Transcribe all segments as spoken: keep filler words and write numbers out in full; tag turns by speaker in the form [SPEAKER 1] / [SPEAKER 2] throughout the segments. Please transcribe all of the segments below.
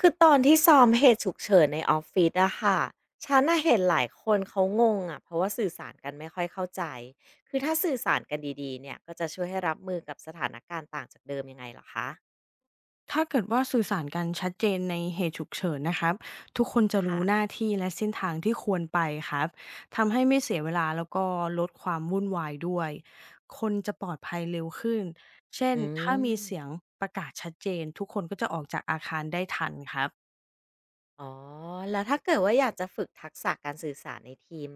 [SPEAKER 1] คือตอนที่ซ้อมเหตุฉุกเฉินในออฟฟิศอะค่ะฉันน่ะเห็นหลายคนเขางงอะเพราะว่าสื่อสารกันไม่ค่อยเข้าใจ คือถ้าสื่อสารกันดีๆเนี่ยก็จะช่วยให้รับมือกับสถานการณ์ต่างจากเดิมยังไงเหรอคะ
[SPEAKER 2] ถ้าเกิดว่าสื่อสารกันชัดเจนในเหตุฉุกเฉินนะครับทุกคนจะ
[SPEAKER 1] ค่ะ
[SPEAKER 2] รู้หน้าที่และเส้นทางที่ควรไปครับทำให้ไม่เสียเวลาแล้วก็ลดความวุ่นวายด้วยคนจะปลอดภัยเร็วขึ้นเช่น
[SPEAKER 1] อื
[SPEAKER 2] ถ้ามีเสียง
[SPEAKER 1] ม
[SPEAKER 2] ประกาศชัดเจนทุกคนก็จะออกจากอาคารได้ทันครับ
[SPEAKER 1] อ๋อ แล้วถ้าเกิดว่าอยากจะฝึกทักษะการสื่อสารในทีม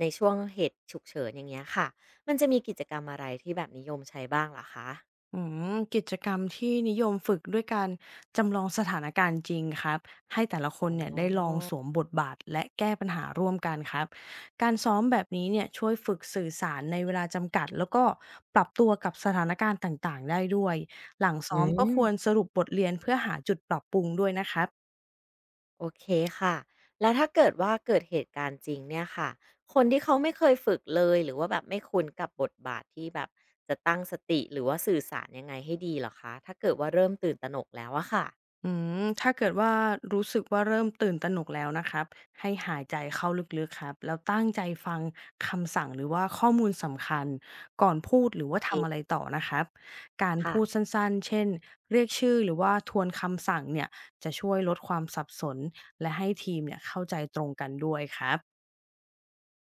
[SPEAKER 1] ในช่วงเหตุฉุกเฉินอย่างเงี้ยค่ะมันจะมีกิจกรรมอะไรที่แบบนิยมใช้บ้างเหรอคะ
[SPEAKER 2] อืมกิจกรรมที่นิยมฝึกด้วยการจำลองสถานการณ์จริงครับให้แต่ละคน
[SPEAKER 1] อ๋
[SPEAKER 2] เนี่ยได้ลอง
[SPEAKER 1] อ
[SPEAKER 2] สวมบทบาทและแก้ปัญหาร่วมกันครับการซ้อมแบบนี้เนี่ยช่วยฝึกสื่อสารในเวลาจำกัดแล้วก็ปรับตัวกับสถานการณ์ต่างๆได้ด้วยหลัง
[SPEAKER 1] อื
[SPEAKER 2] ซ้อมก็ควร
[SPEAKER 1] ม
[SPEAKER 2] สรุปบทเรียนเพื่อหาจุดปรับปรุงด้วยนะครับ
[SPEAKER 1] โอเคค่ะแล้วถ้าเกิดว่าเกิดเหตุการณ์จริงเนี่ยค่ะ คนที่เขาไม่เคยฝึกเลยหรือว่าแบบไม่คุ้นกับบทบาทที่แบบจะตั้งสติหรือว่าสื่อสารยังไงให้ดีเหรอคะ ถ้าเกิดว่าเริ่มตื่นตระหนกแล้วอะค่ะ
[SPEAKER 2] อืมถ้าเกิดว่ารู้สึกว่าเริ่มตื่นตระหนกแล้วนะครับให้หายใจเข้าลึกๆครับแล้วตั้งใจฟังคำสั่งหรือว่าข้อมูลสำคัญก่อนพูดหรือว่า
[SPEAKER 1] เอ
[SPEAKER 2] ทำ
[SPEAKER 1] ง
[SPEAKER 2] อะไรต่อนะครับการ
[SPEAKER 1] ค่ะ
[SPEAKER 2] พูดสั้นๆเช่นเรียกชื่อหรือว่าทวนคำสั่งเนี่ยจะช่วยลดความสับสนและให้ทีมเนี่ยเข้าใจตรงกันด้วยครับ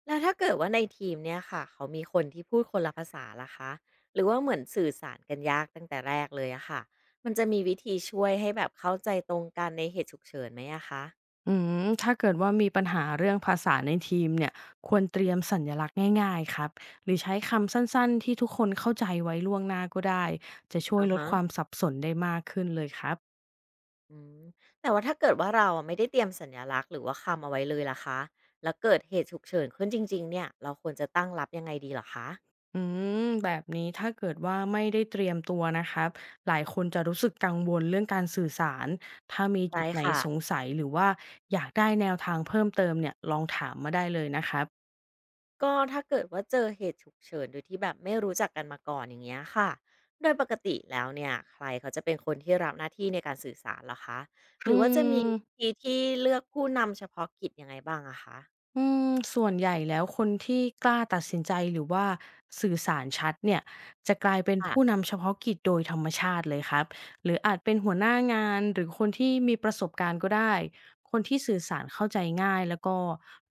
[SPEAKER 1] แล้วถ้าเกิดว่าในทีมเนี่ยค่ะเขามีคนที่พูดคนละภาษาล่ะคะหรือว่าเหมือนสื่อสารกันยากตั้งแต่แรกเลยอะค่ะมันจะมีวิธีช่วยให้แบบเข้าใจตรงกันในเหตุฉุกเฉินไหมอะคะ
[SPEAKER 2] อืมถ้าเกิดว่ามีปัญหาเรื่องภาษาในทีมเนี่ยควรเตรียมสัญลักษณ์ง่ายๆครับหรือใช้คำสั้นๆที่ทุกคนเข้าใจไว้ล่วงหน้าก็ได้จะช่วย
[SPEAKER 1] อ่า
[SPEAKER 2] ลด
[SPEAKER 1] ฮะ
[SPEAKER 2] ความสับสนได้มากขึ้นเลยครับ
[SPEAKER 1] อืมแต่ว่าถ้าเกิดว่าเราอะไม่ได้เตรียมสัญลักษณ์หรือว่าคำเอาไว้เลยล่ะคะแล้วเกิดเหตุฉุกเฉินขึ้นจริงๆเนี่ยเราควรจะตั้งรับยังไงดีเหรอคะ
[SPEAKER 2] อืมแบบนี้ถ้าเกิดว่าไม่ได้เตรียมตัวนะครับหลายคนจะรู้สึกกังวลเรื่องการสื่อสารถ้ามีจุ
[SPEAKER 1] ใช่
[SPEAKER 2] ดไหน
[SPEAKER 1] ค่ะ
[SPEAKER 2] สงสัยหรือว่าอยากได้แนวทางเพิ่มเติมเนี่ยลองถามมาได้เลยนะครับ
[SPEAKER 1] ก็ถ้าเกิดว่าเจอเหตุฉุกเฉินโดยที่แบบไม่รู้จักกันมาก่อนอย่างเงี้ยค่ะโดยปกติแล้วเนี่ยใครเขาจะเป็นคนที่รับหน้าที่ในการสื่อสารเหรอคะห
[SPEAKER 2] อื
[SPEAKER 1] รือว่าจะมี
[SPEAKER 2] ม
[SPEAKER 1] วิธีที่เลือกผู้นำเฉพาะกิจยังไงบ้างอะคะ
[SPEAKER 2] อืมส่วนใหญ่แล้วคนที่กล้าตัดสินใจหรือว่าสื่อสารชัดเนี่ยจะกลายเป็นผู้
[SPEAKER 1] ่ะ
[SPEAKER 2] นำเฉพาะกิจโดยธรรมชาติเลยครับหรืออาจเป็นหัวหน้างานหรือคนที่มีประสบการณ์ก็ได้คนที่สื่อสารเข้าใจง่ายแล้วก็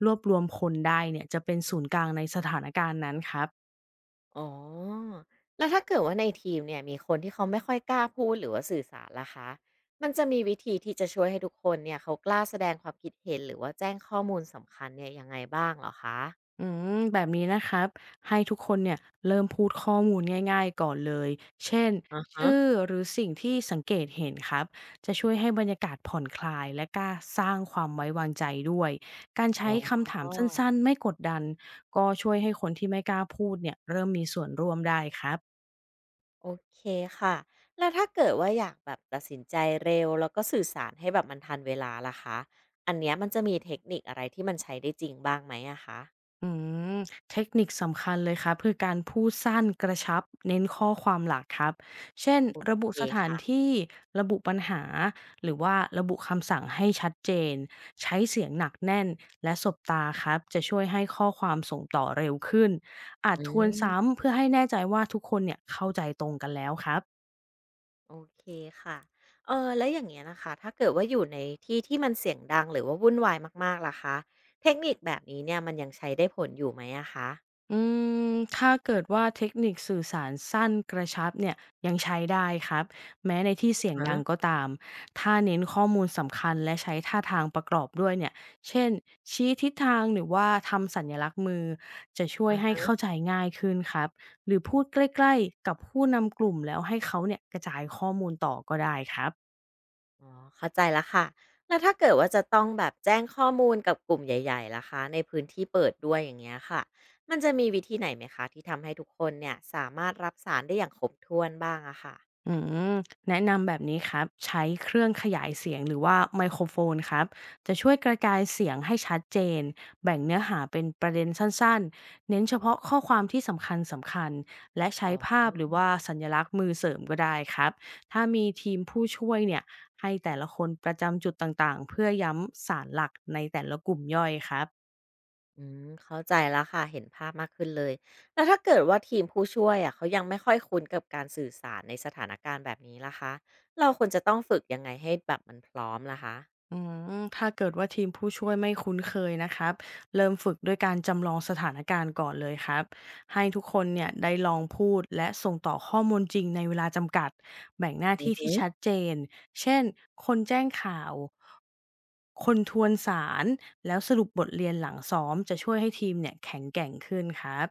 [SPEAKER 2] รวบรวมคนได้เนี่ยจะเป็นศูนย์กลางในสถานการณ์นั้นครับ
[SPEAKER 1] อ๋อ แล้วถ้าเกิดว่าในทีมเนี่ยมีคนที่เขาไม่ค่อยกล้าพูดหรือว่าสื่อสารล่ะคะ มันจะมีวิธีที่จะช่วยให้ทุกคนเนี่ยเขากล้าแสดงความคิดเห็นหรือว่าแจ้งข้อมูลสำคัญเนี่ยยังไงบ้างเหรอคะ
[SPEAKER 2] อืมแบบนี้นะครับให้ทุกคนเนี่ยเริ่มพูดข้อมูลง่ายๆก่อนเลยเช่น
[SPEAKER 1] อ่าฮะ
[SPEAKER 2] ชื่อหรือสิ่งที่สังเกตเห็นครับจะช่วยให้บรรยากาศผ่อนคลายและกล้าสร้างความไว้วางใจด้วยการ
[SPEAKER 1] อ๋อ
[SPEAKER 2] ใช้คำถามสั้นๆไม่กดดันก็ช่วยให้คนที่ไม่กล้าพูดเนี่ยเริ่มมีส่วนร่วมได้ครับ
[SPEAKER 1] โอเคค่ะ แล้วถ้าเกิดว่าอยากแบบตัดสินใจเร็วแล้วก็สื่อสารให้แบบมันทันเวลาล่ะคะ อันเนี้ยมันจะมีเทคนิคอะไรที่มันใช้ได้จริงบ้างไหมอะคะ
[SPEAKER 2] อืมเทคนิคสำคัญเลยครับคือการพูดสั้นกระชับเน้นข้อความหลักครับเช่น
[SPEAKER 1] โอ
[SPEAKER 2] ระบุ
[SPEAKER 1] เค
[SPEAKER 2] สถาน
[SPEAKER 1] ค่ะ
[SPEAKER 2] ที่ระบุปัญหาหรือว่าระบุคำสั่งให้ชัดเจนใช้เสียงหนักแน่นและสบตาครับจะช่วยให้ข้อความส่งต่อเร็วขึ้นอาจ
[SPEAKER 1] อื
[SPEAKER 2] ทวน
[SPEAKER 1] ม
[SPEAKER 2] ซ้ำเพื่อให้แน่ใจว่าทุกคนเนี่ยเข้าใจตรงกันแล้วครับ
[SPEAKER 1] โอเคค่ะเออแล้วอย่างเงี้ยนะคะถ้าเกิดว่าอยู่ในที่ที่มันเสียงดังหรือว่าวุ่นวายมากๆล่ะคะเทคนิคแบบนี้เนี่ยมันยังใช้ได้ผลอยู่ไหมอะคะ
[SPEAKER 2] อืมถ้าเกิดว่าเทคนิคสื่อสารสั้นกระชับเนี่ยยังใช้ได้ครับแม้ในที่เสียง
[SPEAKER 1] ฮะ
[SPEAKER 2] ดังก็ตามถ้าเน้นข้อมูลสำคัญและใช้ท่าทางประกอบด้วยเนี่ยเช่นชี้ทิศทางหรือว่าทำสัญลักษณ์มือจะช่วย
[SPEAKER 1] อา
[SPEAKER 2] ให้
[SPEAKER 1] ฮะ
[SPEAKER 2] เข้าใจง่ายขึ้นครับหรือพูดใกล้ๆกับผู้นำกลุ่มแล้วให้เขาเนี่ยกระจายข้อมูลต่อก็ได้ครับ
[SPEAKER 1] อ๋อเข้าใจแล้วค่ะแล้วถ้าเกิดว่าจะต้องแบบแจ้งข้อมูลกับกลุ่มใหญ่ๆล่ะคะในพื้นที่เปิดด้วยอย่างเงี้ยค่ะมันจะมีวิธีไหนไหมคะที่ทำให้ทุกคนเนี่ยสามารถรับสารได้อย่างครบถ้วนบ้างอะค่ะ
[SPEAKER 2] อืมแนะนำแบบนี้ครับใช้เครื่องขยายเสียงหรือว่าไมโครโฟนครับจะช่วยกระจายเสียงให้ชัดเจนแบ่งเนื้อหาเป็นประเด็นสั้นๆเน้นเฉพาะข้อความที่สำคัญสำคัญและใช้ภาพหรือว่าสัญลักษณ์มือเสริมก็ได้ครับถ้ามีทีมผู้ช่วยเนี่ยให้แต่ละคนประจำจุดต่างๆเพื่อย้ำสารหลักในแต่ละกลุ่มย่อยครับ
[SPEAKER 1] อืมเข้าใจแล้วค่ะเห็นภาพมากขึ้นเลยแล้วถ้าเกิดว่าทีมผู้ช่วยอะเขายังไม่ค่อยคุ้นกับการสื่อสารในสถานการณ์แบบนี้ล่ะคะเราควรจะต้องฝึกยังไงให้แบบมันพร้อมล่ะคะ
[SPEAKER 2] อืมถ้าเกิดว่าทีมผู้ช่วยไม่คุ้นเคยนะครับเริ่มฝึกด้วยการจำลองสถานการณ์ก่อนเลยครับให้ทุกคนเนี่ยได้ลองพูดและส่งต่อข้อมูลจริงในเวลาจำกัดแบ่งหน้า
[SPEAKER 1] อื
[SPEAKER 2] ที่
[SPEAKER 1] อึ
[SPEAKER 2] ที่ชัด
[SPEAKER 1] อ
[SPEAKER 2] เจนเช่นคนแจ้งข่าวคนทวนสารแล้วสรุปบทเรียนหลังซ้อมจะช่วยให้ทีมเนี่ยแข็งแกร่งขึ้นครับ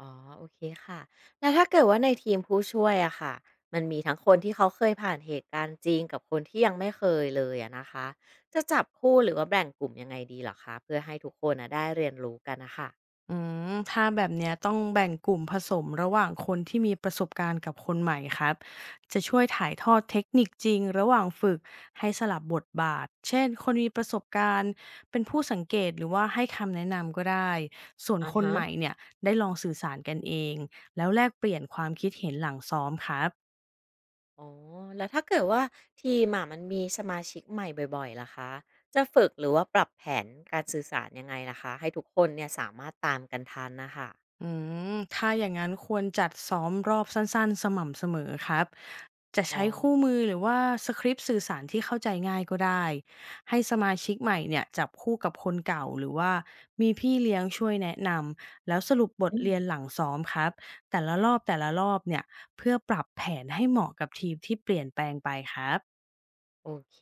[SPEAKER 1] อ๋อโอเคค่ะแล้วถ้าเกิดว่าในทีมผู้ช่วยอะค่ะมันมีทั้งคนที่เขาเคยผ่านเหตุการณ์จริงกับคนที่ยังไม่เคยเลยอะนะคะจะจับคู่หรือว่าแบ่งกลุ่มยังไงดีเหรอคะเพื่อให้ทุกคนนะได้เรียนรู้กันนะคะ
[SPEAKER 2] อืมถ้าแบบเนี้ยต้องแบ่งกลุ่มผสมระหว่างคนที่มีประสบการณ์กับคนใหม่ครับจะช่วยถ่ายทอดเทคนิคจริงระหว่างฝึกให้สลับบทบาทเช่นคนมีประสบการณ์เป็นผู้สังเกตหรือว่าให้คำแนะนำก็ได้ส่วน
[SPEAKER 1] อะ
[SPEAKER 2] คน
[SPEAKER 1] ฮะ
[SPEAKER 2] ใหม่เนี่ยได้ลองสื่อสารกันเองแล้วแลกเปลี่ยนความคิดเห็นหลังซ้อมครับ
[SPEAKER 1] อ๋อแล้วถ้าเกิดว่าทีมอะมันมีสมาชิกใหม่บ่อยๆล่ะคะจะฝึกหรือว่าปรับแผนการสื่อสารยังไงล่ะคะให้ทุกคนเนี่ยสามารถตามกันทันนะคะ
[SPEAKER 2] อืมถ้าอย่างนั้นควรจัดซ้อมรอบสั้นๆสม่ำเสมอครับจะ
[SPEAKER 1] อ๋
[SPEAKER 2] ใช้คู่
[SPEAKER 1] อ
[SPEAKER 2] มือหรือว่าสคริปต์สื่อสารที่เข้าใจง่ายก็ได้ให้สมาชิกใหม่เนี่ยจับคู่กับคนเก่าหรือว่ามีพี่เลี้ยงช่วยแนะนำแล้วสรุปบท
[SPEAKER 1] อืม
[SPEAKER 2] เรียนหลังซ้อมครับแต่ละรอบแต่ละรอบเนี่ยเพื่อปรับแผนให้เหมาะกับทีมที่เปลี่ยนแปลงไปครับ
[SPEAKER 1] โอเค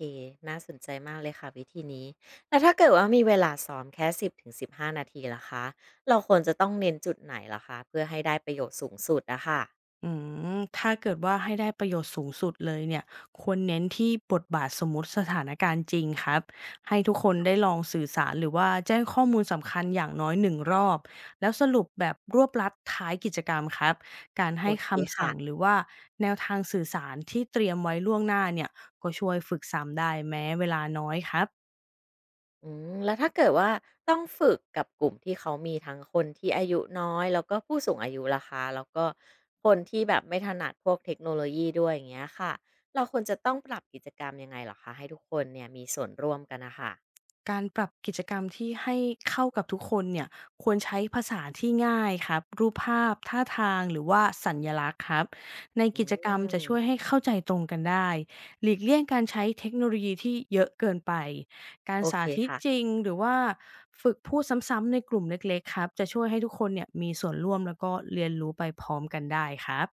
[SPEAKER 1] น่าสนใจมากเลยค่ะวิธีนี้แล้วถ้าเกิดว่ามีเวลาซ้อมแค่สิบถึงสิบห้านาทีล่ะคะเราควรจะต้องเน้นจุดไหนล่ะคะเพื่อให้ได้ประโยชน์สูงสุดนะคะ
[SPEAKER 2] อืมถ้าเกิดว่าให้ได้ประโยชน์สูงสุดเลยเนี่ยควรเน้นที่บทบาทสมมุติสถานการณ์จริงครับให้ทุกคนได้ลองสื่อสารหรือว่าแจ้งข้อมูลสำคัญอย่างน้อยหนึ่งรอบแล้วสรุปแบบรวบลัดท้ายกิจกรรมครับการ
[SPEAKER 1] โอ
[SPEAKER 2] ให้
[SPEAKER 1] เค
[SPEAKER 2] คำ
[SPEAKER 1] ค่ะ
[SPEAKER 2] สั่งหรือว่าแนวทางสื่อสารที่เตรียมไว้ล่วงหน้าเนี่ยก็ช่วยฝึกซ้ำได้แม้เวลาน้อยครับ
[SPEAKER 1] อืมแล้วถ้าเกิดว่าต้องฝึกกับกลุ่มที่เขามีทั้งคนที่อายุน้อยแล้วก็ผู้สูงอายุล่ะคะแล้วก็คนที่แบบไม่ถนัดพวกเทคโนโลยีด้วยอย่างเงี้ยค่ะเราควรจะต้องปรับกิจกรรมยังไงเหรอคะให้ทุกคนเนี่ยมีส่วนร่วมกันนะคะ
[SPEAKER 2] การปรับกิจกรรมที่ให้เข้ากับทุกคนเนี่ยควรใช้ภาษาที่ง่ายครับรูปภาพท่าทางหรือว่าสัญลักษณ์ครับใน
[SPEAKER 1] อื
[SPEAKER 2] กิจกรรมจะช่วย
[SPEAKER 1] ม
[SPEAKER 2] ให้เข้าใจตรงกันได้หลีกเลี่ยงการใช้เทคโนโลยีที่เยอะเกินไปการ
[SPEAKER 1] โอ
[SPEAKER 2] สา
[SPEAKER 1] เค
[SPEAKER 2] ธิต
[SPEAKER 1] ค่ะ
[SPEAKER 2] จริงหรือว่าฝึกพูดซ้ำๆในกลุ่มเล็กๆครับจะช่วยให้ทุกคนเนี่ยมีส่วนร่วมแล้วก็เรียนรู้ไปพร้อมกันได้ครับ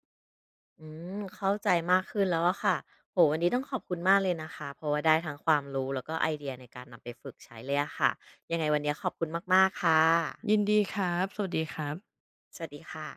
[SPEAKER 1] อืมเข้าใจมากขึ้นแล้วอะค่ะโหวันนี้ต้องขอบคุณมากเลยนะคะเพราะว่าได้ทั้งความรู้แล้วก็ไอเดียในการนำไปฝึกใช้เลยอะค่ะยังไงวันนี้ขอบคุณมากๆค่ะ
[SPEAKER 2] ยินดีครับสวัสดีครับ
[SPEAKER 1] สวัสดีค่ะ